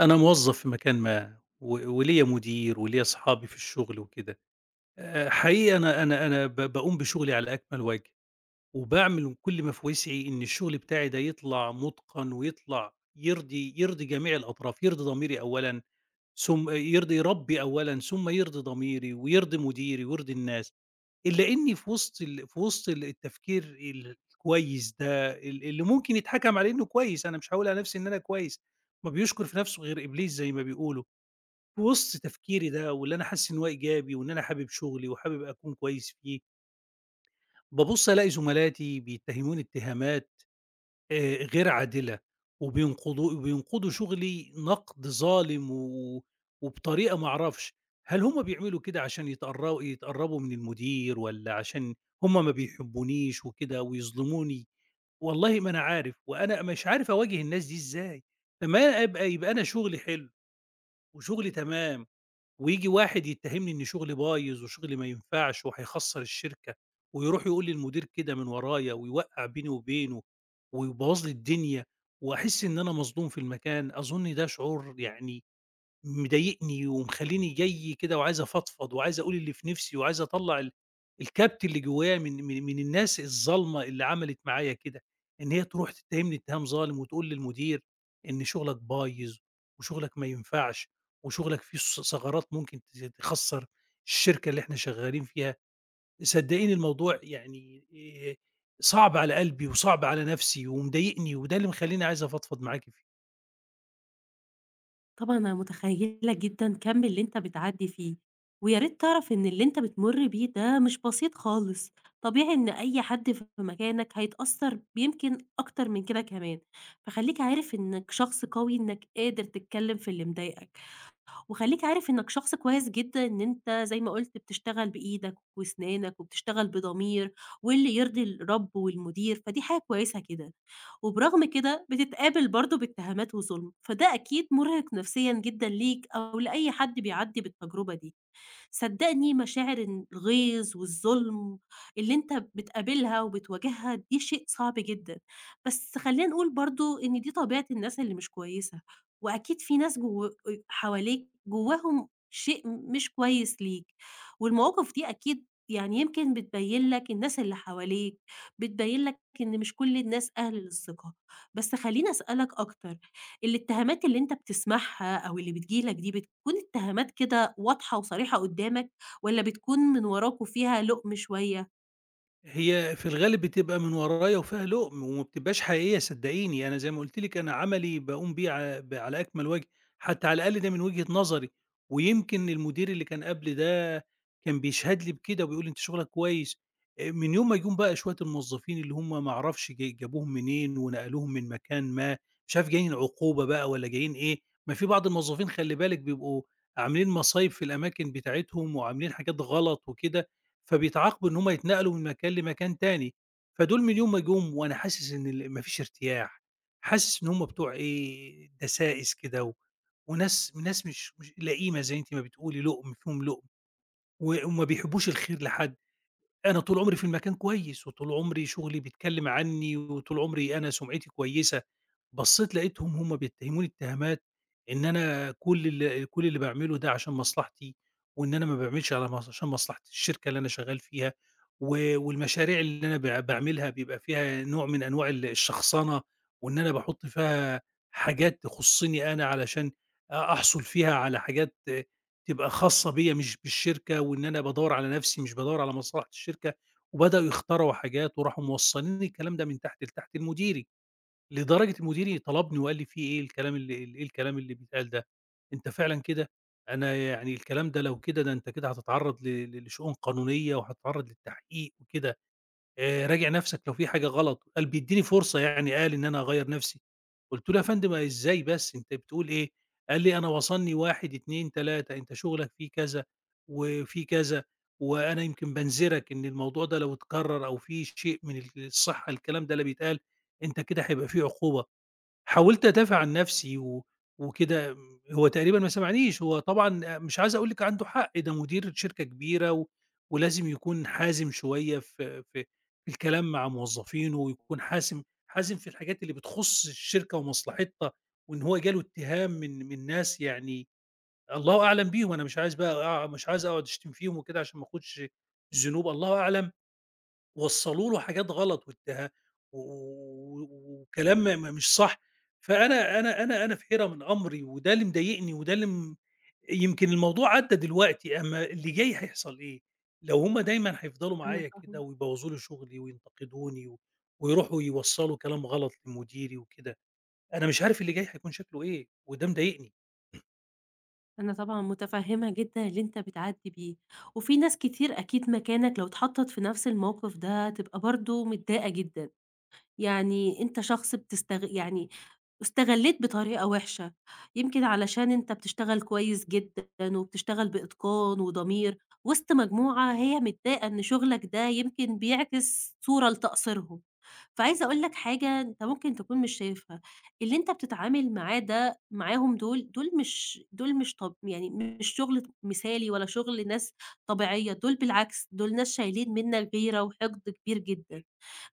أنا موظّف في مكان ما، وليّا مدير وليّا صحابي في الشغل وكده. حقيقي أنا باقوم بشغلي على أكمل وجه، وباعمل من كل ما في وسعي إن الشغل بتاعي ده يطلع مُتقَن ويطلع يرضي جميع الأطراف، يرضي ضميري أولًا، ثم يرضي ربّي أولًا، ثم يرضي ضميري ويرضي مديري ويرضي الناس. إلا إني في وسط ال في وسط ال التفكير الكويس ده اللي ممكن يتحكم عليه إنه كويس، أنا مش هاقول على نَفْسي إن أنا كويس، ما بيشكُر في نَفْسه غير إبليس زي ما بيقولوا. في وسط تفكيري ده واللي أنا حاسس إن هو إيجابي وإن أنا حابب شغلي وحابب أكون كويس فيه، بابُص ألاقي زملاتي بيتهموني اتهامات غير عادلة، وبينقضوا شغلي نقد ظالم، و وبطريقة ما أعرفش، هل هم بيعملوا كده عشان يتقرّبوا من المدير والّا عشان هم ما بيحبونيش وكده ويظلموني؟ والله ما أنا عارف، وأنا مش عارف أواجه الناس دي إزاي؟ لمّا أنا يبقى أنا شغلي حلو وشغلي تمام، وييجي واحد يتهمني إن شغلي بايظ وشغلي ما ينفعش وهيخسّر الشركة، ويروح يقول للمدير كده من ورايا ويوقّع بيني وبينه، ويبوّظ لي الدنيا، وأحس إن أنا مظلوم في المكان، أظن ده شعور يعني مضايقني ومخلّيني جَي كده، وعايز أفضفض وعايز أقول اللي في نِفْسي وعايز أطلّع ال الكبت اللي جوّايا من الناس الظالمة اللي عملت معايا كده، إن هي تروح تتّهمني اتهام ظالم وتقول للمدير إن شُغلك بايظ وشُغلك ما ينفعش وشُغلك فيه ثغرات ممكن تخسّر الشركة اللي إحنا شغّالين فيها. صدّقيني الموضوع يعني آآ صعب على قلبي وصعب على نَفْسي ومضايقني، وده اللي مخلّيني عايز أفضفض معاكِ فيه. طبعًا أنا متخيّلة جدًا كَم اللي أنت بتعدّي فيه، ويا ريت تعرف إن اللي أنت بتمُر بيه ده مش بسيط خالص، طبيعي إن أي حد في مكانك هيتأثّر يمكن أكتر من كده كمان، فخلّيك عارف إنك شخص قوي إنك قادر تتكلّم في اللي مضايقك. وخلّيك عارف إنّك شخص كويس جدًا، إن أنت زي ما قُلت بتشتغل بإيدك وأسنانك وبتشتغل بضمير واللي يرضي الرب والمدير، فدي حاجة كويسة كده. وبرغم كده بتتقابل برضه باتهامات وظُلم، فده أكيد مُرهق نفسيًا جدًا ليك أو لأي حد بيعدّي بالتجربة دي. صدّقني مشاعر إن الغيظ والظلم اللي أنت بتقابلها وبتواجهها دي شيء صعب جدًا، بس خلّينا نقول برضه إن دي طبيعة الناس اللي مش كويسة، وأكيد في ناس جو حواليك جواهم شيء مش كويس ليك، والمواقف دي أكيد يعني يمكن بتبيّن لك الناس اللي حواليك، بتبيّن لك إن مش كل الناس أهل للثقة، بس خلّيني أسألك أكتر، الاتهامات اللي أنت بتسمعها أو اللي بتيجي لك دي بتكون اتهامات كده واضحة وصريحة قدّامك والّا بتكون من وراك وفيها لُقم شوية؟ هي في الغالب بتبقى من ورايا وفيها لُقم وما بتبقاش حقيقية، صدّقيني، أنا زي ما قُلت لِك أنا عملي باقوم بيه ع ب على أكمل وجه، حتى على الأقل ده من وجهة نظري، ويمكن المدير اللي كان قبلي ده كان بيشهد لي بكده وبيقول لي: "أنت شغلك كويس." من يوم ما جُم بقى شوية الموظفين اللي هم ما أعرفش جابوهم منين ونقلوهم من مكان ما، مش عارف جايين عقوبة بقى والّا جايين إيه، ما في بعض الموظفين خلّي بالِك بيبقوا عاملين مصايب في الأماكن بتاعتهم وعاملين حاجات غلط وكده، فبيتعاقبوا إن هم يتنقلوا من مكان لمكان تاني، فدول من يوم ما جُم وأنا حاسس إن ما فيش ارتياح، حاسس إن هم بتوع إيه، دسائس كده، و وناس مش لئيمة زي أنتِ ما بتقولي، لُقم فيهم لُقم، وما بيحبوش الخير لحد. أنا طول عمري في المكان كويس، وطول عمري شغلي بيتكلّم عني، وطول عمري أنا سُمعتي كويسة، بصّيت لقيتهم هم بيتهموني اتهامات إن أنا كل اللي باعمله ده عشان مصلحتي، وإن أنا ما باعملش على عشان مصلحة الشركة اللي أنا شغّال فيها، والمشاريع اللي أنا باعملها بيبقى فيها نوع من أنواع الشخصنة، وإن أنا باحُط فيها حاجات تخُصّني أنا علشان أحصُل فيها على حاجات تبقى خاصة بيّا مش بالشركة، وإن أنا بادوّر على نَفْسي مش بادوّر على مصلحة الشركة، وبدأوا يخترعوا حاجات وراحوا موصّلين الكلام ده من تحت لتحت لمديري، لدرجة المدير طلبني وقال لي: "في إيه الكلام اللي بيتقال ده؟ أنت فعلًا كده؟ أنا يعني الكلام ده لو كده ده أنت كده هتتعرّض ل ل لشؤون قانونية وهتتعرّض للتحقيق وكده. راجع نَفْسك لو في حاجة غلط." قال بيدّيني فرصة يعني قال إن أنا أغيّر نَفْسي. قُلت له: "يا فندم إزاي بس أنت بتقول إيه؟" قال لي: "أنا وصلني 1، 2، 3 أنت شغلك فيه كذا وفيه كذا، وأنا يمكن بانذرك إن الموضوع ده لو اتكرر أو في شيء من الصحة الكلام ده اللي بيتقال، أنت كده هيبقى في عقوبة." حاولت أدافع عن نفسي و وكده، هو تقريبًا ما سمعنيش، هو طبعًا مش عايز أقول لِك عنده حق، إيه ده مدير شركة كبيرة، و ولازم يكون حازم شوية في الكلام مع موظفينه، ويكون حازم في الحاجات اللي بتخص الشركة ومصلحتها، وإن هو جاله اتهام من ناس يعني الله أعلم بيهم، أنا مش عايز بقى مش عايز أقعد أشتم فيهم وكده عشان ما آخدش ذنوب الله أعلم. وصّلوا له حاجات غلط وادّاها، و و وكلام ما ما مش صح، فأنا أنا أنا أنا في حيرة من أمري وده اللي مضايقني وده اللي يمكن الموضوع عدّى دلوقتي، أمّا اللي جاي هيحصل إيه؟ لو هم دايمًا هيفضلوا أنا معايا كده فاهمة، ويبوّظوا لي شغلي وينتقدوني، و ويروحوا يوصّلوا كلام غلط لمديري وكده، أنا مش عارف اللي جاي هيكون شكله إيه وده مضايقني. أنا طبعًا متفهمة جدًا اللي أنت بتعدّي بيه، وفي ناس كتير أكيد مكانك لو اتحطّت في نفس الموقف ده هتبقى برضه متضايقة جدًا. يعني أنت شخص يعني استغلّيت بطريقة وِحشة، يمكن علشان أنت بتشتغل كويس جدًا وبتشتغل بإتقان وضمير وسط مجموعة هي متضايقة إن شغلك ده يمكن بيعكس صورة لتقصيرهم. فعايزة أقول لك حاجة أنت ممكن تكون مش شايفها، اللي أنت بتتعامل معاه ده معاهم دول، دول مش طب يعني مش شغل مثالي ولا شغل ناس طبيعية، دول بالعكس، دول ناس شايلين منّك غيرة وحقد كبير جدًا.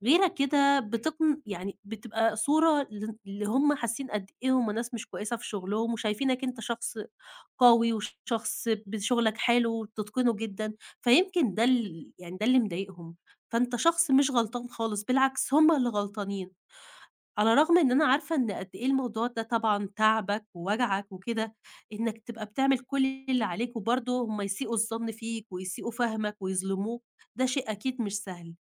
غيرة كده يعني بتبقى صورة اللي هم حاسين قد إيه هم ناس مش كويسة في شغلهم، وشايفينك أنت شخص قوي وشخص بشغلك حلو وبتتقنه جدًا، فيمكن ده ال يعني ده اللي مضايقهم، فأنت شخص مش غلطان خالص، بالعكس هم اللي غلطانين، على الرغم إن أنا عارفة إن قد إيه الموضوع ده طبعًا تعبك ووجعك وكده، إنك تبقى بتعمل كل اللي عليك وبرضه هم يسيئوا الظن فيك ويسيئوا فهمك ويظلموك، ده شيء أكيد مش سهل.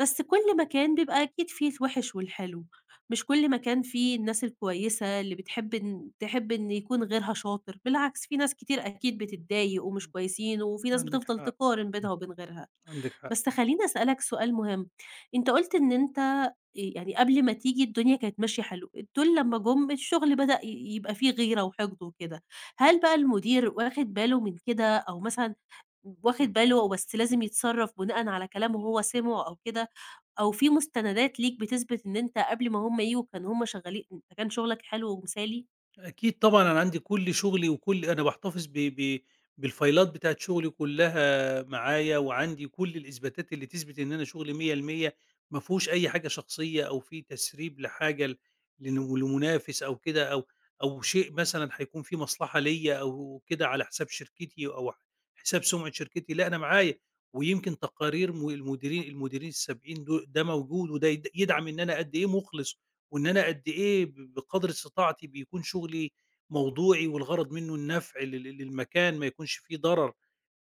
بس كل مكان بيبقى أكيد فيه الوِحِش والحلو، مش كل مكان فيه الناس الكويسة اللي بتحب إن يكون غيرها شاطر، بالعكس في ناس كتير أكيد بتتضايق ومش كويسين، وفي ناس عندِك بتفضل حق، تقارن بينها وبين غيرها. عندِك حق. بس خلّيني أسألك سؤال مهم، أنت قُلت إن أنت يعني قبل ما تيجي الدنيا كانت ماشية حلو، دول لمّا جُم الشغل بدأ ي يبقى فيه غيرة وحقد وكده، هل بقى المدير واخد باله من كده أو مثلًا واخد باله بس لازم يتصرّف بناءً على كلامه هو سمعه أو كده، أو في مستندات ليك بتثبت إن أنت قبل ما هُم ييجوا كانوا هُم شغالين كان شغلك حلو ومثالي؟ أكيد طبعًا، أنا عندي كل شغلي وكل أنا باحتفظ ب ب بالفايلات بتاعة شغلي كلّها معايا، وعندي كل الإثباتات اللي تثبت إن أنا شغلي 100% ما فيهوش أي حاجة شخصية أو فيه تسريب لحاجة لن لمنافس أو كده، أو أو شيء مثلًا هيكون فيه مصلحة ليّا أو كده على حساب شركتي أو حساب سمعة شركتي، لأ أنا معايا، ويمكن تقارير المديرين السابقين ده موجود، وده يدعم إن أنا قد إيه مُخلص، وإن أنا قد إيه بقدر استطاعتي بيكون شغلي موضوعي والغرض منّه النفع للمكان ما يكونش فيه ضرر،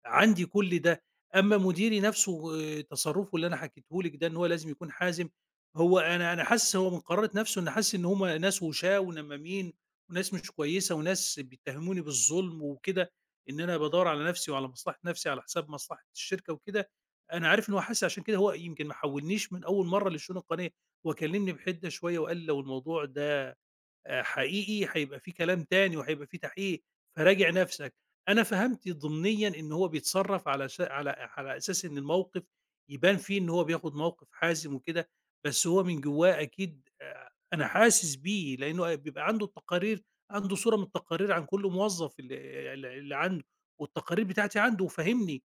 عندي كل ده. أمّا مديري نَفْسه آه، تصرُّفه اللي أنا حكيته لِك ده إن هو لازم يكون حازم، هو أنا حاسس هو من قرارة نَفْسه إن حاسس إن هم ناس وشاة ونمّامين، وناس مش كويسة وناس بيتّهموني بالظلم وكده، إن أنا بادوّر على نَفْسي وعلى مصلحة نَفْسي على حساب مصلحة الشركة وكده. أنا عارف إن هو حاسس عشان كده هو يمكن ما حوّلنيش من أول مرّة للشؤون القانونية. وكلمني بحِدة شوية وقال لي: "لو الموضوع ده حقيقي هيبقى في كلام تاني وهيبقى في تحقيق، فراجع نَفْسك." أنا فهمت ضمنيًا إن هو بيتصرّف على ش على على أساس إن الموقف يبان فيه إن هو بياخُد موقف حازم وكده، بس هو من جوّاه أكيد أنا حاسس بيه، لإنه بيبقى عنده التقارير، عنده صورة من التقارير عن كل موظّف ال ال اللي عنده، والتقارير بتاعتي عنده وفاهمني.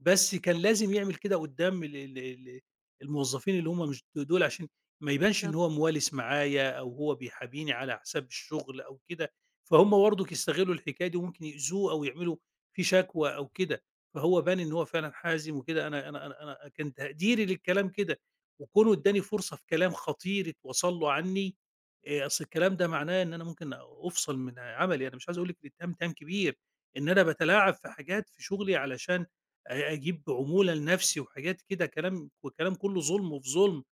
بس كان لازم يعمل كده قدّام ال ال ال الموظفين اللي هم مش دول عشان ما يبانش إن هو بالضبط، مُوَالِس معايا أو هو بيحابيني على حساب الشغل أو كده، فهُم برضُك يستغلّوا الحكاية دي وممكن يأذوه أو يعملوا فيه شكوى أو كده، فهو بان إن هو فعلًا حازم وكده. أنا كان تقديري للكلام كده، وكونه ادّاني فرصة في كلام خطير اتوصل له عنّي، أصل الكلام ده معناه إن أنا ممكن أفصل من عملي، أنا مش عايز أقول لِك الاتهام اتهام كبير، إن أنا باتلاعب في حاجات في شغلي علشان أجيب عمولة لنفسي وحاجات كده، كلام وكلام كُلّه ظُلم وفي ظُلم،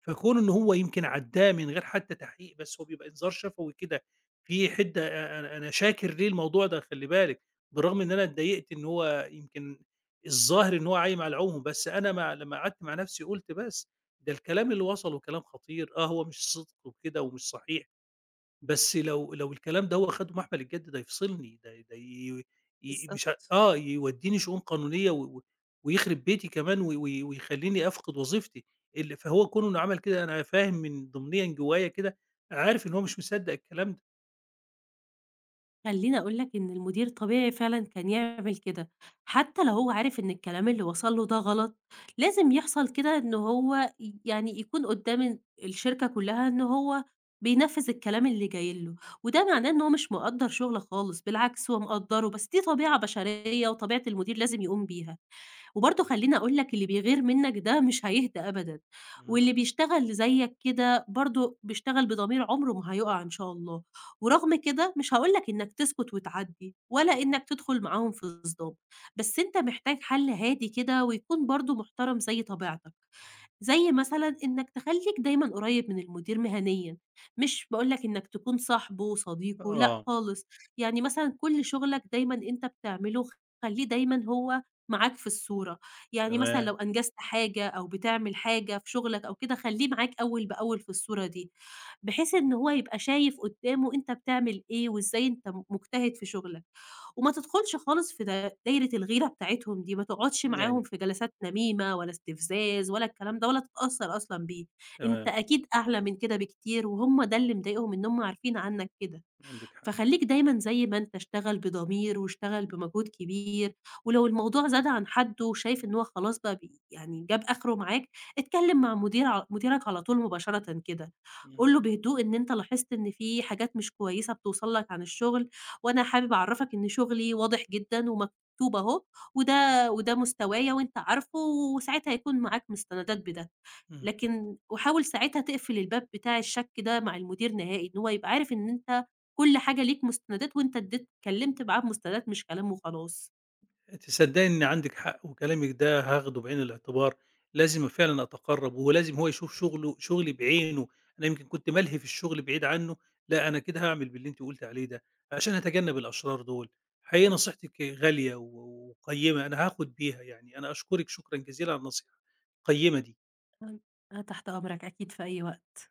فكون إن هو يمكن عدّاه من غير حتى تحقيق بس هو بيبقى إنذار شفوي كده في حِدّة، أ أنا أنا شاكر ليه الموضوع ده خلّي بالِك، بالرغم إن أنا اتضايقت إن هو يمكن الظاهر إن هو عايم على العُمُم، بس أنا لمّا قعدت مع نفسي قُلت بس، ده الكلام اللي وصله كلام خطير، آه هو مش صِدْق وكده ومش صحيح. بس لو الكلام ده هو أخدُه محمل الجد ده يفصلني، ده ده ي ي مش ه بالضبط. آه، يودّيني شؤون قانونية، و و ويخرب بيتي كمان، و و ويخلّيني أفقد وظيفتي. فهو كونه إنه عمل كده أنا فاهم ضمنيًا جوايا كده، عارف إن هو مش مصدّق الكلام ده. خلّيني أقول لك إن المدير طبيعي فعلًا كان يعمل كده، حتى لو هو عارف إن الكلام اللي وصل له ده غلط، لازم يحصل كده إن هو يعني يكون قدّام الشركة كلّها إن هو بينفّذ الكلام اللي جاي له، وده معناه إن هو مش مقدّر شغله خالص، بالعكس هو مقدّره، بس دي طبيعة بشرية وطبيعة المدير لازم يقوم بيها. وبرضه خلّيني أقول لك اللي بيغير منّك ده مش هيهدى أبدًا، إمم. واللي بيشتغل زيّك كده برضه بيشتغل بضمير عمره ما هيُقع إن شاء الله، ورغم كده مش هاقول لك إنّك تسكت وتعدّي، ولا إنّك تدخل معاهم في صدام، بس أنت محتاج حل هادي كده ويكون برضه محترم زي طبيعتك، زي مثلًا إنّك تخلّيك دايمًا قريّب من المدير مهنيًا، مش باقول لك إنّك تكون صاحبه وصديقه، لأ آه، خالص، يعني مثلًا كل شغلك دايمًا أنت بتعمله خلّيه دايمًا هو معاك في الصورة، يعني مثلًا لو تمام. أنجزت حاجة أو بتعمل حاجة في شغلك أو كده خلّيه معاك أول بأول في الصورة دي، بحيث إن هو يبقى شايف قدّامه أنت بتعمل إيه وإزاي أنت مجتهد في شغلك، وما تدخلش خالص في دايرة الغيرة بتاعتهم دي، ما تقعدش أيوه، معاهم في جلسات نميمة ولا استفزاز ولا الكلام ده ولا تتأثّر أصلًا بيه، أنت تمام، أكيد أعلى من كده بكتير وهُم ده اللي مضايقهم إن هُم عارفين عنك كده. عندِك حق. فخلّيك دايمًا زي ما أنت، اشتغل بضمير واشتغل بمجهود كبير، ولو الموضوع زاد عن حدّه وشايف إن هو خلاص بقى يعني جاب آخره معاك، اتكلّم مع مديرك على طول مباشرةً كده، إمم، قُل له بهدوء إن أنت لاحظت إن في حاجات مش كويسة بتوصل لك عن الشغل، وأنا حابب أعرّفك إن شغلي واضح جدًا ومكتوب أهو، وده مستوايا وأنت عارفه، وساعتها هيكون معاك مستندات بده. إمم. لكن وحاول ساعتها تقفل الباب بتاع الشك ده مع المدير نهائي، إن هو يبقى عارف إن أنت كل حاجة ليك مستندات وأنت اديت اتكلمت معاه بمستندات مش كلام وخلاص. تصدّقي إن عندِك حق وكلامِك ده هاخده بعين الاعتبار، لازم فعلًا أتقرّب ولازم هو يشوف شغلي بعينه، أنا يمكن كنت ملهي في الشغل بعيد عنّه، لأ أنا كده هاعمل باللي أنتِ قُلتِ عليه ده، عشان أتجنّب الأشرار دول. حقيقي نصيحتِك غالية و وقيّمة، أنا هاخُد بيها يعني، أنا أشكرِك شكرًا جزيلًا على النصيحة القيّمة دي. أنا أنا تحت أمرك أكيد في أي وقت.